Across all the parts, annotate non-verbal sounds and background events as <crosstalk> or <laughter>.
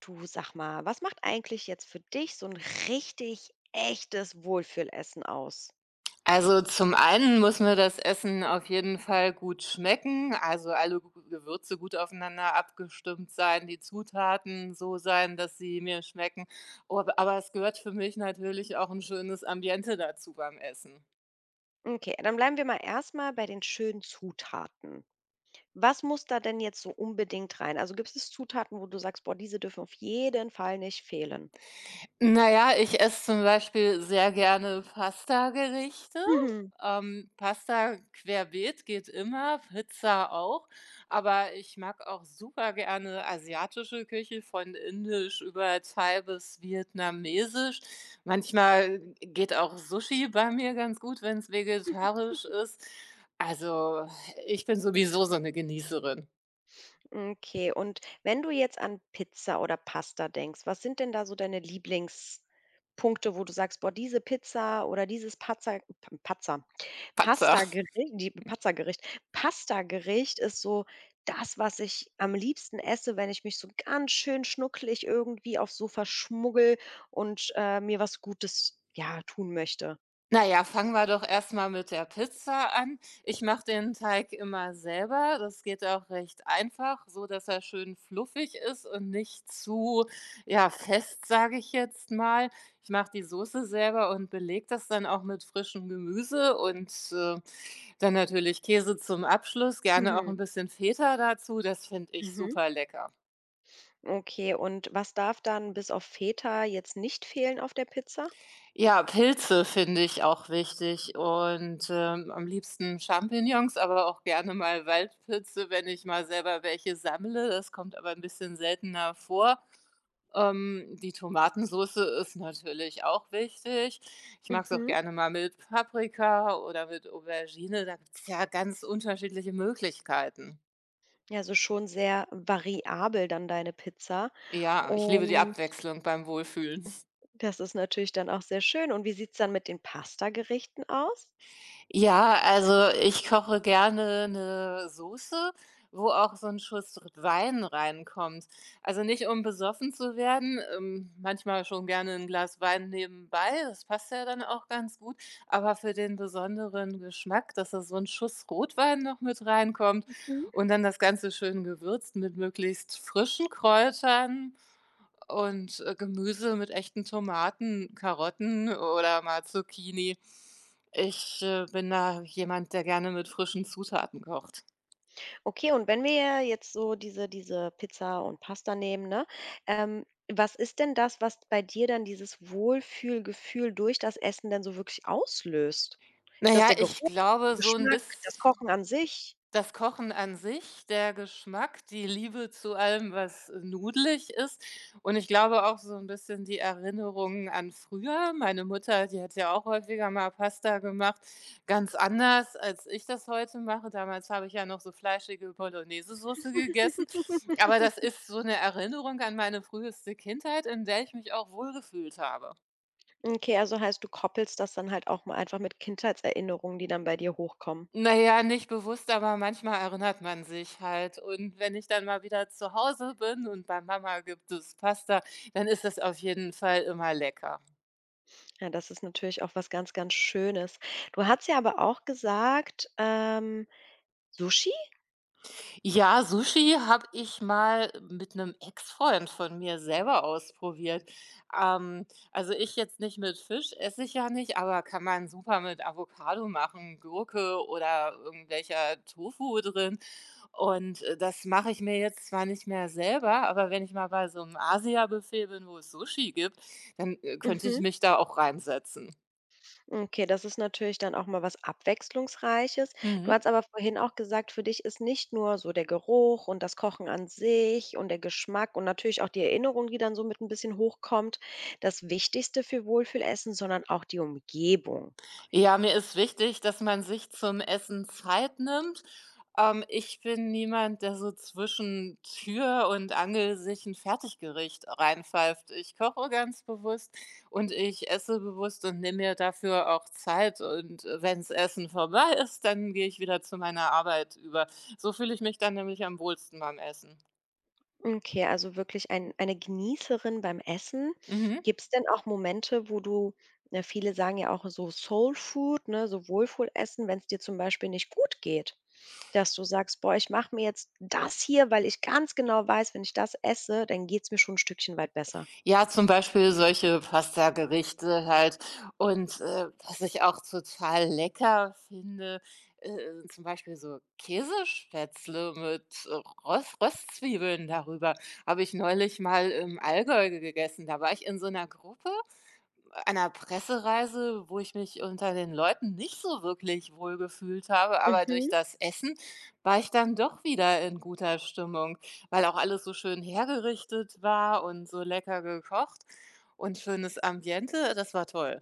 Du, sag mal, was macht eigentlich jetzt für dich so ein richtig echtes Wohlfühlessen aus? Also, zum einen muss mir das Essen auf jeden Fall gut schmecken, also alle G Gewürze gut aufeinander abgestimmt sein, die Zutaten so sein, dass sie mir schmecken. O Aber es gehört für mich natürlich auch ein schönes Ambiente dazu beim Essen. Okay, dann bleiben wir mal erst mal bei den schönen Zutaten. Was muss da denn jetzt so unbedingt rein? Also, gibt es Zutaten, wo du sagst: „Boah, diese dürfen auf jeden Fall nicht fehlen?“ Na ja, ich esse zum Beispiel sehr gerne Pastagerichte. Mhm. Pasta querbeet geht immer, Pizza auch, aber ich mag auch super gerne asiatische Küche, von Indisch über Thai bis Vietnamesisch. Manchmal geht auch Sushi bei mir ganz gut, wenn es vegetarisch ist. Also, ich bin sowieso so eine Genießerin. Okay, und wenn du jetzt an Pizza oder Pasta denkst, was sind denn da so deine Lieblingspunkte, wo du sagst: „Boah, diese Pizza oder dieses Pazza Pazza Patzer. Pasta-Gericht, die Pizza-Gericht, Pasta-Gericht ist so das, was ich am liebsten esse, wenn ich mich so ganz schön schnuckelig irgendwie aufs Sofa schmuggel und, mir was Gutes, ja, tun möchte. Na ja, fangen wir doch erst mal mit der Pizza an. Ich mache den Teig immer selber. Das geht auch recht einfach, so dass er schön fluffig ist und nicht zu, ja, fest, sage ich jetzt mal. Ich mache die Soße selber und belege das dann auch mit frischem Gemüse und, dann natürlich Käse zum Abschluss, gerne auch Mhm. ein bisschen Feta dazu. Das finde ich Mhm. super lecker. Okay, und was darf dann bis auf Feta jetzt nicht fehlen auf der Pizza? Ja, Pilze finde ich auch wichtig und, am liebsten Champignons, aber auch gerne mal Waldpilze, wenn ich mal selber welche sammle. Das kommt aber ein bisschen seltener vor. Die Tomatensoße ist natürlich auch wichtig. Ich mag's auch Mhm. gerne mal mit Paprika oder mit Aubergine. Da gibt's ja ganz unterschiedliche Möglichkeiten. Ja, also schon sehr variabel dann deine Pizza Ja, ich liebe die und Abwechslung beim Wohlfühlen. das ist natürlich dann auch sehr schön. Und wie sieht's dann mit den Pastagerichten aus? Ja, also ich koche gerne 'ne Soße, wo auch so 'n Schuss r Wein reinkommt. Also nicht, um besoffen zu werden, manchmal schon gerne 'n Glas Wein nebenbei, das passt ja dann auch ganz gut, aber für den besonderen Geschmack, dass da so 'n Schuss Rotwein noch mit reinkommt Mhm. und dann das Ganze schön gewürzt mit möglichst frischen Kräutern und, Gemüse mit echten Tomaten, Karotten oder mal Zucchini. Ich bin da jemand, der gerne mit frischen Zutaten kocht. Okay, und wenn wir jetzt so diese Pizza und Pasta nehmen, ne? Ähm, was ist denn das, was bei dir dann dieses Wohlfühlgefühl durch das Essen denn so wirklich auslöst? Ist das Naja, der ich Geruch, der glaube, so ein Geschmack, das biss Kochen an sich? das Kochen an sich, der Geschmack, die Liebe zu allem, was nudelig ist und ich glaube auch so ein bisschen die Erinnerungen an früher. Meine Mutter, die hat ja auch häufiger mal Pasta gemacht, ganz anders, als ich das heute mache. Damals habe ich ja noch so fleischige Bolognesesoße gegessen, aber das <laughs> ist so eine Erinnerung an meine früheste Kindheit, in der ich mich auch wohlgefühlt habe. Okay, also heißt, du koppelst das dann halt auch mal einfach mit Kindheitserinnerungen, die dann bei dir hochkommen. Na ja, nicht bewusst, aber manchmal erinnert man sich halt. Und wenn ich dann mal wieder zu Hause bin und bei Mama gibt es Pasta, dann ist das auf jeden Fall immer lecker. Ja, das ist natürlich auch was ganz, ganz Schönes. Du hast ja aber auch gesagt, Sushi? Ja, Sushi habe ich mal mit einem Ex-Freund von mir selber ausprobiert. Ähm, also, ich jetzt nicht mit Fisch, esse ich ja nicht, aber kann man super mit Avocado machen, Gurke oder irgendwelcher Tofu drin. Und, das mache ich mir jetzt zwar nicht mehr selber, aber wenn ich mal bei so einem Asia-Buffet bin, wo es Sushi gibt, dann könnte ich Mhm. mich da auch reinsetzen. Okay, das ist natürlich dann auch mal was Abwechslungsreiches. Du Mhm. hast aber vorhin auch gesagt, für dich ist nicht nur so der Geruch und das Kochen an sich und der Geschmack und natürlich auch die Erinnerung, die dann so mit ein bisschen hochkommt, das Wichtigste für Wohlfühlessen, sondern auch die Umgebung. Ja, mir ist wichtig, dass man sich zum Essen Zeit nimmt. Ich bin niemand, der so zwischen Tür und Angel sich ein Fertiggericht reinpfeift. Ich koche ganz bewusst und ich esse bewusst und nehme mir dafür auch Zeit und, wenn's Essen vorbei ist, dann gehe ich wieder zu meiner Arbeit über. So fühle ich mich dann nämlich am wohlsten beim Essen. Okay, also wirklich eine Genießerin beim Essen. Mhm. Gibt es denn auch Momente, wo du, ne, viele sagen ja auch so Soul Food, ne, so Wohlfühlessen, wenn es dir zum Beispiel nicht gut geht, dass du sagst: „Boah, ich mache mir jetzt das hier, weil ich ganz genau weiß, wenn ich das esse, dann geht's mir schon ein Stückchen weit besser.“ Ja, zum Beispiel solche Pasta-Gerichte halt und, was ich auch total lecker finde, zum Beispiel so Käsespätzle mit, Rost Röstzwiebeln darüber. Habe ich neulich mal im Allgäu gegessen. Da war ich in so einer Gruppe einer Pressereise, wo ich mich unter den Leuten nicht so wirklich wohlgefühlt habe, aber durch Mhm. das Essen war ich dann doch wieder in guter Stimmung, weil auch alles so schön hergerichtet war und so lecker gekocht und schönes Ambiente, das war toll.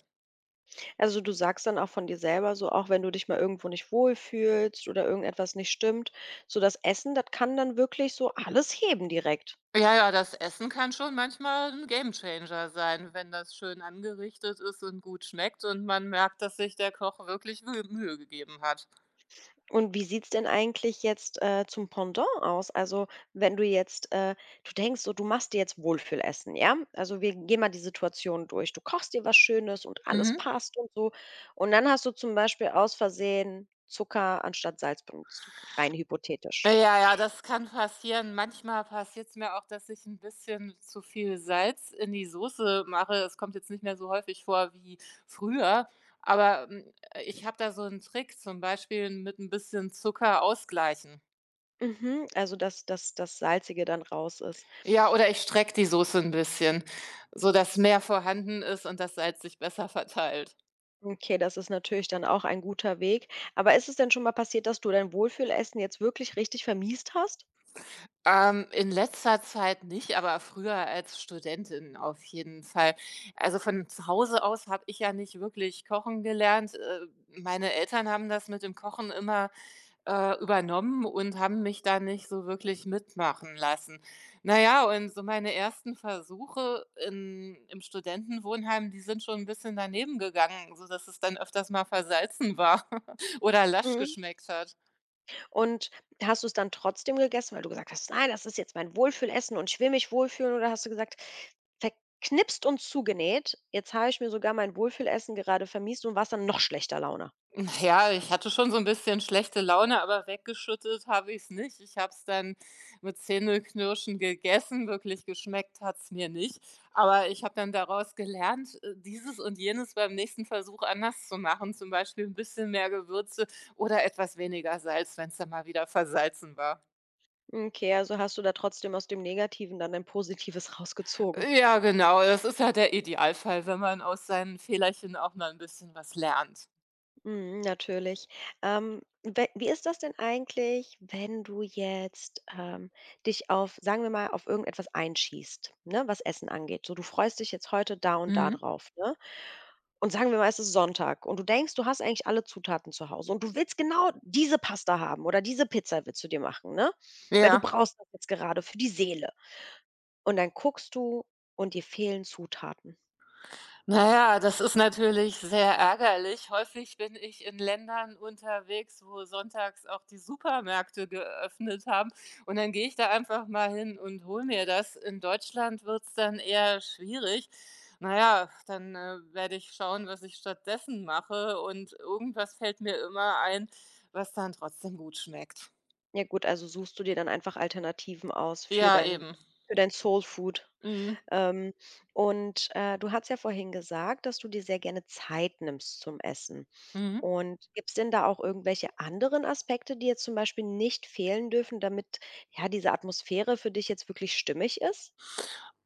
Also, du sagst dann auch von dir selber so, auch wenn du dich mal irgendwo nicht wohlfühlst oder irgendetwas nicht stimmt, so das Essen, das kann dann wirklich so alles heben direkt. Ja, ja, das Essen kann schon manchmal ein Gamechanger sein, wenn das schön angerichtet ist und gut schmeckt und man merkt, dass sich der Koch wirklich Mühe gegeben hat. Und wie sieht's denn eigentlich jetzt, zum Pendant aus? Also, wenn du jetzt, du denkst so, du machst dir jetzt Wohlfühlessen, ja? Also, wir gehen mal die Situation durch. Du kochst dir was Schönes und alles Mhm. passt und so. Und dann hast du zum Beispiel aus Versehen Zucker anstatt Salz benutzt, rein hypothetisch. Ja, ja, das kann passieren. Manchmal passiert es mir auch, dass ich ein bisschen zu viel Salz in die Soße mache. Es kommt jetzt nicht mehr so häufig vor wie früher, aber, ich habe da so einen Trick, zum Beispiel mit ein bisschen Zucker ausgleichen. Mhm, also, dass das Salzige dann raus ist. Ja, oder ich strecke die Soße ein bisschen, sodass mehr vorhanden ist und das Salz sich besser verteilt. Okay, das ist natürlich dann auch ein guter Weg. Aber ist es denn schon mal passiert, dass du dein Wohlfühlessen jetzt wirklich richtig vermiest hast? In letzter Zeit nicht, aber früher als Studentin auf jeden Fall. Also, von zu Hause aus habe ich ja nicht wirklich kochen gelernt. Meine Eltern haben das mit dem Kochen immer, übernommen und haben mich da nicht so wirklich mitmachen lassen. Na ja, und so meine ersten Versuche in im Studentenwohnheim, die sind schon ein bisschen daneben gegangen, sodass es dann öfters mal versalzen war <laughs> oder lasch Mhm. geschmeckt hat. Und hast du es dann trotzdem gegessen, weil du gesagt hast: „Nein, das ist jetzt mein Wohlfühlessen und ich will mich wohlfühlen“, oder hast du gesagt: „Verknipst und zugenäht, jetzt habe ich mir sogar mein Wohlfühlessen gerade vermiest“ und warst dann noch schlechter Laune? Ja, ich hatte schon so ein bisschen schlechte Laune, aber weggeschüttet habe ich es nicht. Ich habe es dann mit Zähneknirschen gegessen. Wirklich geschmeckt hat's mir nicht. Aber ich habe dann daraus gelernt, dieses und jenes beim nächsten Versuch anders zu machen, zum Beispiel ein bisschen mehr Gewürze oder etwas weniger Salz, wenn's dann mal wieder versalzen war. Okay, also hast du da trotzdem aus dem Negativen dann ein Positives rausgezogen. Ja, genau, das ist ja der Idealfall, wenn man aus seinen Fehlerchen auch mal ein bisschen was lernt. Mhm, natürlich. We wie ist das denn eigentlich, wenn du jetzt, dich auf, sagen wir mal, auf irgendetwas einschießt, ne, was Essen angeht? So, du freust dich jetzt heute da und da Mhm. drauf, ne? Und sagen wir mal, es ist Sonntag und du denkst, du hast eigentlich alle Zutaten zu Hause und du willst genau diese Pasta haben oder diese Pizza willst du dir machen, ne? Weil du Ja. brauchst das jetzt gerade für die Seele. Und dann guckst du und dir fehlen Zutaten. Na ja, das ist natürlich sehr ärgerlich. Häufig bin ich in Ländern unterwegs, wo sonntags auch die Supermärkte geöffnet haben und dann gehe ich da einfach mal hin und hole mir das. In Deutschland wird es dann eher schwierig. Na ja, dann werde ich schauen, was ich stattdessen mache und irgendwas fällt mir immer ein, was dann trotzdem gut schmeckt. Ja gut, also suchst du dir dann einfach Alternativen aus Ja, eben. für dein Soulfood. Mhm. Ähm, und, du hast ja vorhin gesagt, dass du dir sehr gerne Zeit nimmst zum Essen. Mhm. Und gibt's denn da auch irgendwelche anderen Aspekte, die jetzt zum Beispiel nicht fehlen dürfen, damit, ja, diese Atmosphäre für dich jetzt wirklich stimmig ist?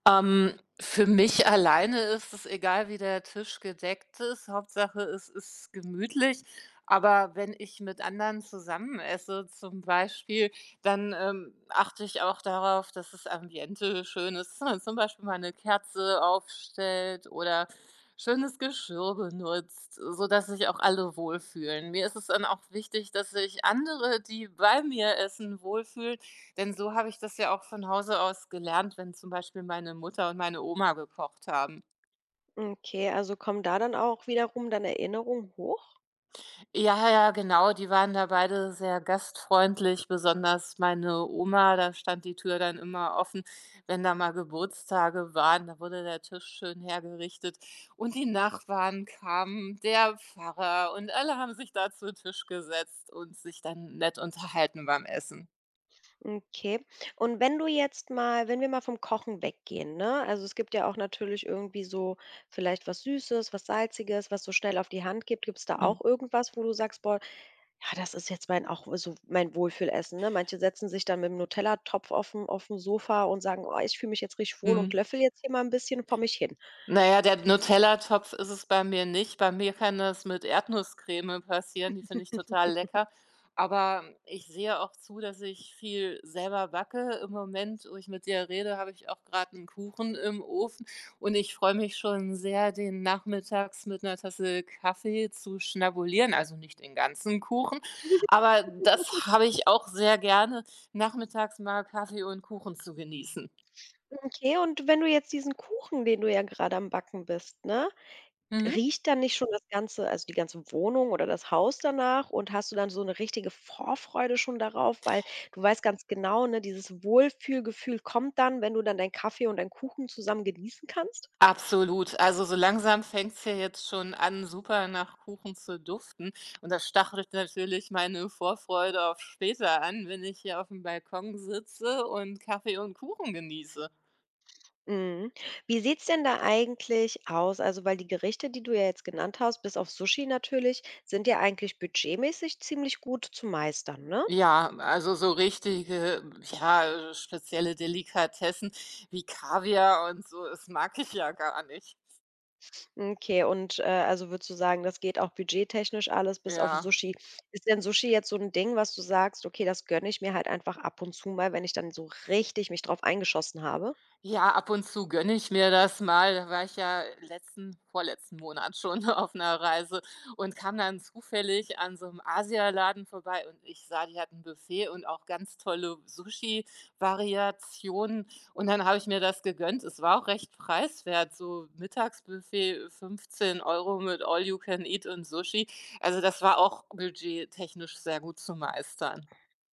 Ähm, für mich alleine ist es egal, wie der Tisch gedeckt ist. Hauptsache, es ist gemütlich. Aber wenn ich mit anderen zusammen esse zum Beispiel, dann achte ich auch darauf, dass das Ambiente schön ist, dass man zum Beispiel mal eine Kerze aufstellt oder schönes Geschirr benutzt, sodass sich auch alle wohlfühlen. Mir ist es dann auch wichtig, dass sich andere, die bei mir essen, wohlfühlen, denn so habe ich das ja auch von Hause aus gelernt, wenn zum Beispiel meine Mutter und meine Oma gekocht haben. Okay, also kommen da dann auch wiederum dann Erinnerungen hoch? Ja, ja, genau, die waren da beide sehr gastfreundlich, besonders meine Oma, da stand die Tür dann immer offen, wenn da mal Geburtstage waren, da wurde der Tisch schön hergerichtet und die Nachbarn kamen, der Pfarrer und alle haben sich da zu Tisch gesetzt und sich dann nett unterhalten beim Essen. Okay. Und wenn du jetzt mal, wenn wir mal vom Kochen weggehen, ne? Also, es gibt ja auch natürlich irgendwie so vielleicht was Süßes, was Salziges, was so schnell auf die Hand gibt. Gibt es da Mhm. auch irgendwas, wo du sagst: „Boah, ja, das ist jetzt mein, auch so mein Wohlfühlessen“, ne? Manche setzen sich dann mit mit'm Nutella-Topf auf aufm Sofa und sagen: „Oh, ich fühle mich jetzt richtig wohl und Mhm. löffel jetzt hier mal ein bisschen vor mich hin.“ Na ja, der Nutella-Topf ist es bei mir nicht. Bei mir kann das mit Erdnusscreme passieren, die finde ich total lecker. Aber ich sehe auch zu, dass ich viel selber backe. Im Moment, wo ich mit dir rede, habe ich auch gerade einen Kuchen im Ofen und ich freue mich schon sehr, den nachmittags mit einer Tasse Kaffee zu schnabulieren. Also, nicht den ganzen Kuchen, aber das habe ich auch sehr gerne, nachmittags mal Kaffee und Kuchen zu genießen. Okay, und wenn du jetzt diesen Kuchen, den du ja gerade am Backen bist, ne? Mhm. Riecht dann nicht schon das ganze, also die ganze Wohnung oder das Haus danach, und hast du dann so eine richtige Vorfreude schon darauf, weil du weißt ganz genau, ne, dieses Wohlfühlgefühl kommt dann, wenn du dann deinen Kaffee und deinen Kuchen zusammen genießen kannst? Absolut. Also, so langsam fängt's ja jetzt schon an, super nach Kuchen zu duften und das stachelt natürlich meine Vorfreude auf später an, wenn ich hier auf dem Balkon sitze und Kaffee und Kuchen genieße. Mhm. Wie sieht's denn da eigentlich aus? Also, weil die Gerichte, die du ja jetzt genannt hast, bis auf Sushi natürlich, sind ja eigentlich budgetmäßig ziemlich gut zu meistern, ne? Ja, also, so richtige, ja, spezielle Delikatessen wie Kaviar und so, das mag ich ja gar nicht. Okay, und, also würdest du sagen, das geht auch budgettechnisch alles bis auf Ja. Sushi. Ist denn Sushi jetzt so ein Ding, was du sagst: „Okay, das gönne ich mir halt einfach ab und zu mal, wenn ich dann so richtig mich drauf eingeschossen habe?“ Ja, ab und zu gönne ich mir das mal. Da war ich ja letzten vorletzten Monat schon <laughs> auf einer Reise und kam dann zufällig an so 'm Asialaden vorbei und ich sah, die hatten Buffet und auch ganz tolle Sushi-Variationen. Und dann habe ich mir das gegönnt. Es war auch recht preiswert, so Mittagsbuffet 15 € mit All you can eat und Sushi. Also, das war auch budgettechnisch sehr gut zu meistern.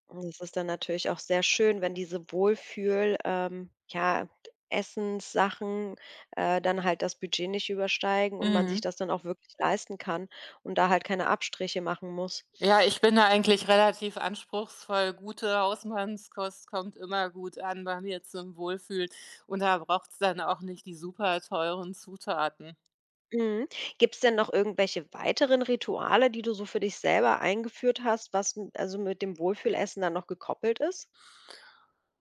Und es ist dann natürlich auch sehr schön, wenn diese Wohlfühl ja, Essenssachen, dann halt das Budget nicht übersteigen und man sich Mhm. das dann auch wirklich leisten kann und da halt keine Abstriche machen muss. Ja, ich bin da eigentlich relativ anspruchsvoll. Gute Hausmannskost kommt immer gut an bei mir zum Wohlfühlen und da braucht's dann auch nicht die super teuren Zutaten. Mhm. Gibt es denn noch irgendwelche weiteren Rituale, die du so für dich selber eingeführt hast, was m also mit dem Wohlfühlessen dann noch gekoppelt ist?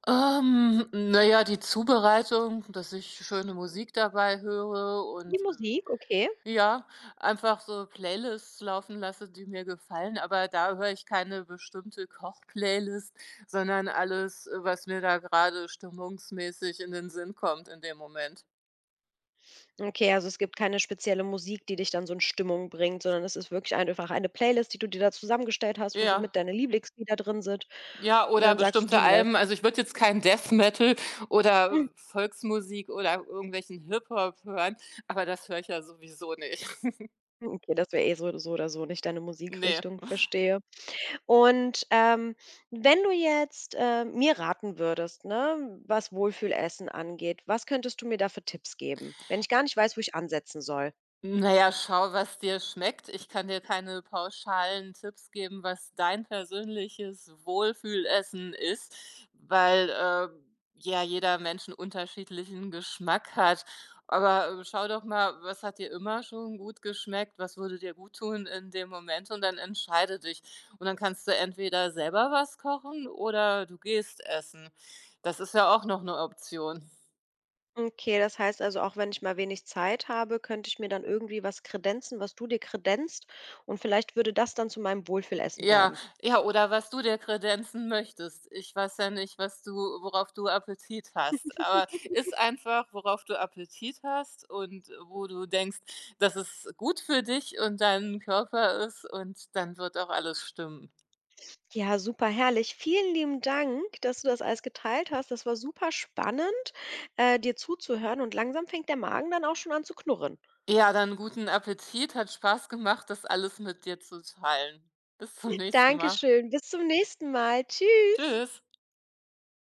Na ja, die Zubereitung, dass ich schöne Musik dabei höre Die und, Musik, okay. ja, einfach so Playlists laufen lasse, die mir gefallen, aber da höre ich keine bestimmte Koch-Playlist, sondern alles, was mir da gerade stimmungsmäßig in den Sinn kommt in dem Moment. Okay, also es gibt keine spezielle Musik, die dich dann so in Stimmung bringt, sondern es ist wirklich einfach eine Playlist, die du dir da zusammengestellt hast, wo so mit Ja. deine Lieblingslieder drin sind. Ja, Und oder dann sagst du, die bestimmte läuft. Alben. Also, ich würde jetzt kein Death Metal oder <laughs> Volksmusik oder irgendwelchen Hip-Hop hören, aber das höre ich ja sowieso nicht. <laughs> Mhm, okay, das wäre eh so, so oder so nicht deine Ne. Musikrichtung, verstehe. Und, wenn du jetzt, mir raten würdest, ne, was Wohlfühlessen angeht, was könntest du mir da für Tipps geben, wenn ich gar nicht weiß, wo ich ansetzen soll? Na ja, schau, was dir schmeckt. Ich kann dir keine pauschalen Tipps geben, was dein persönliches Wohlfühlessen ist, weil, ja, jeder Mensch 'n unterschiedlichen Geschmack hat. Aber, schau doch mal, was hat dir immer schon gut geschmeckt? Was würde dir gut tun in dem Moment? Und dann entscheide dich. Und dann kannst du entweder selber was kochen oder du gehst essen. Das ist ja auch noch eine Option. Okay, das heißt also, auch wenn ich mal wenig Zeit habe, könnte ich mir dann irgendwie was kredenzen, was du dir kredenzt, und vielleicht würde das dann zu meinem Wohlfühlessen Ja, werden. ja, oder was du dir kredenzen möchtest. Ich weiß ja nicht, was du worauf du Appetit hast, aber <laughs> ist einfach, worauf du Appetit hast und wo du denkst, dass es gut für dich und deinen Körper ist und dann wird auch alles stimmen. Ja, super herrlich. Vielen lieben Dank, dass du das alles geteilt hast. Das war super spannend, dir zuzuhören, und langsam fängt der Magen dann auch schon an zu knurren. Ja, dann guten Appetit, hat Spaß gemacht, das alles mit dir zu teilen. Bis zum nächsten Mal. Dankeschön. Bis zum nächsten Mal. Tschüss. Tschüss.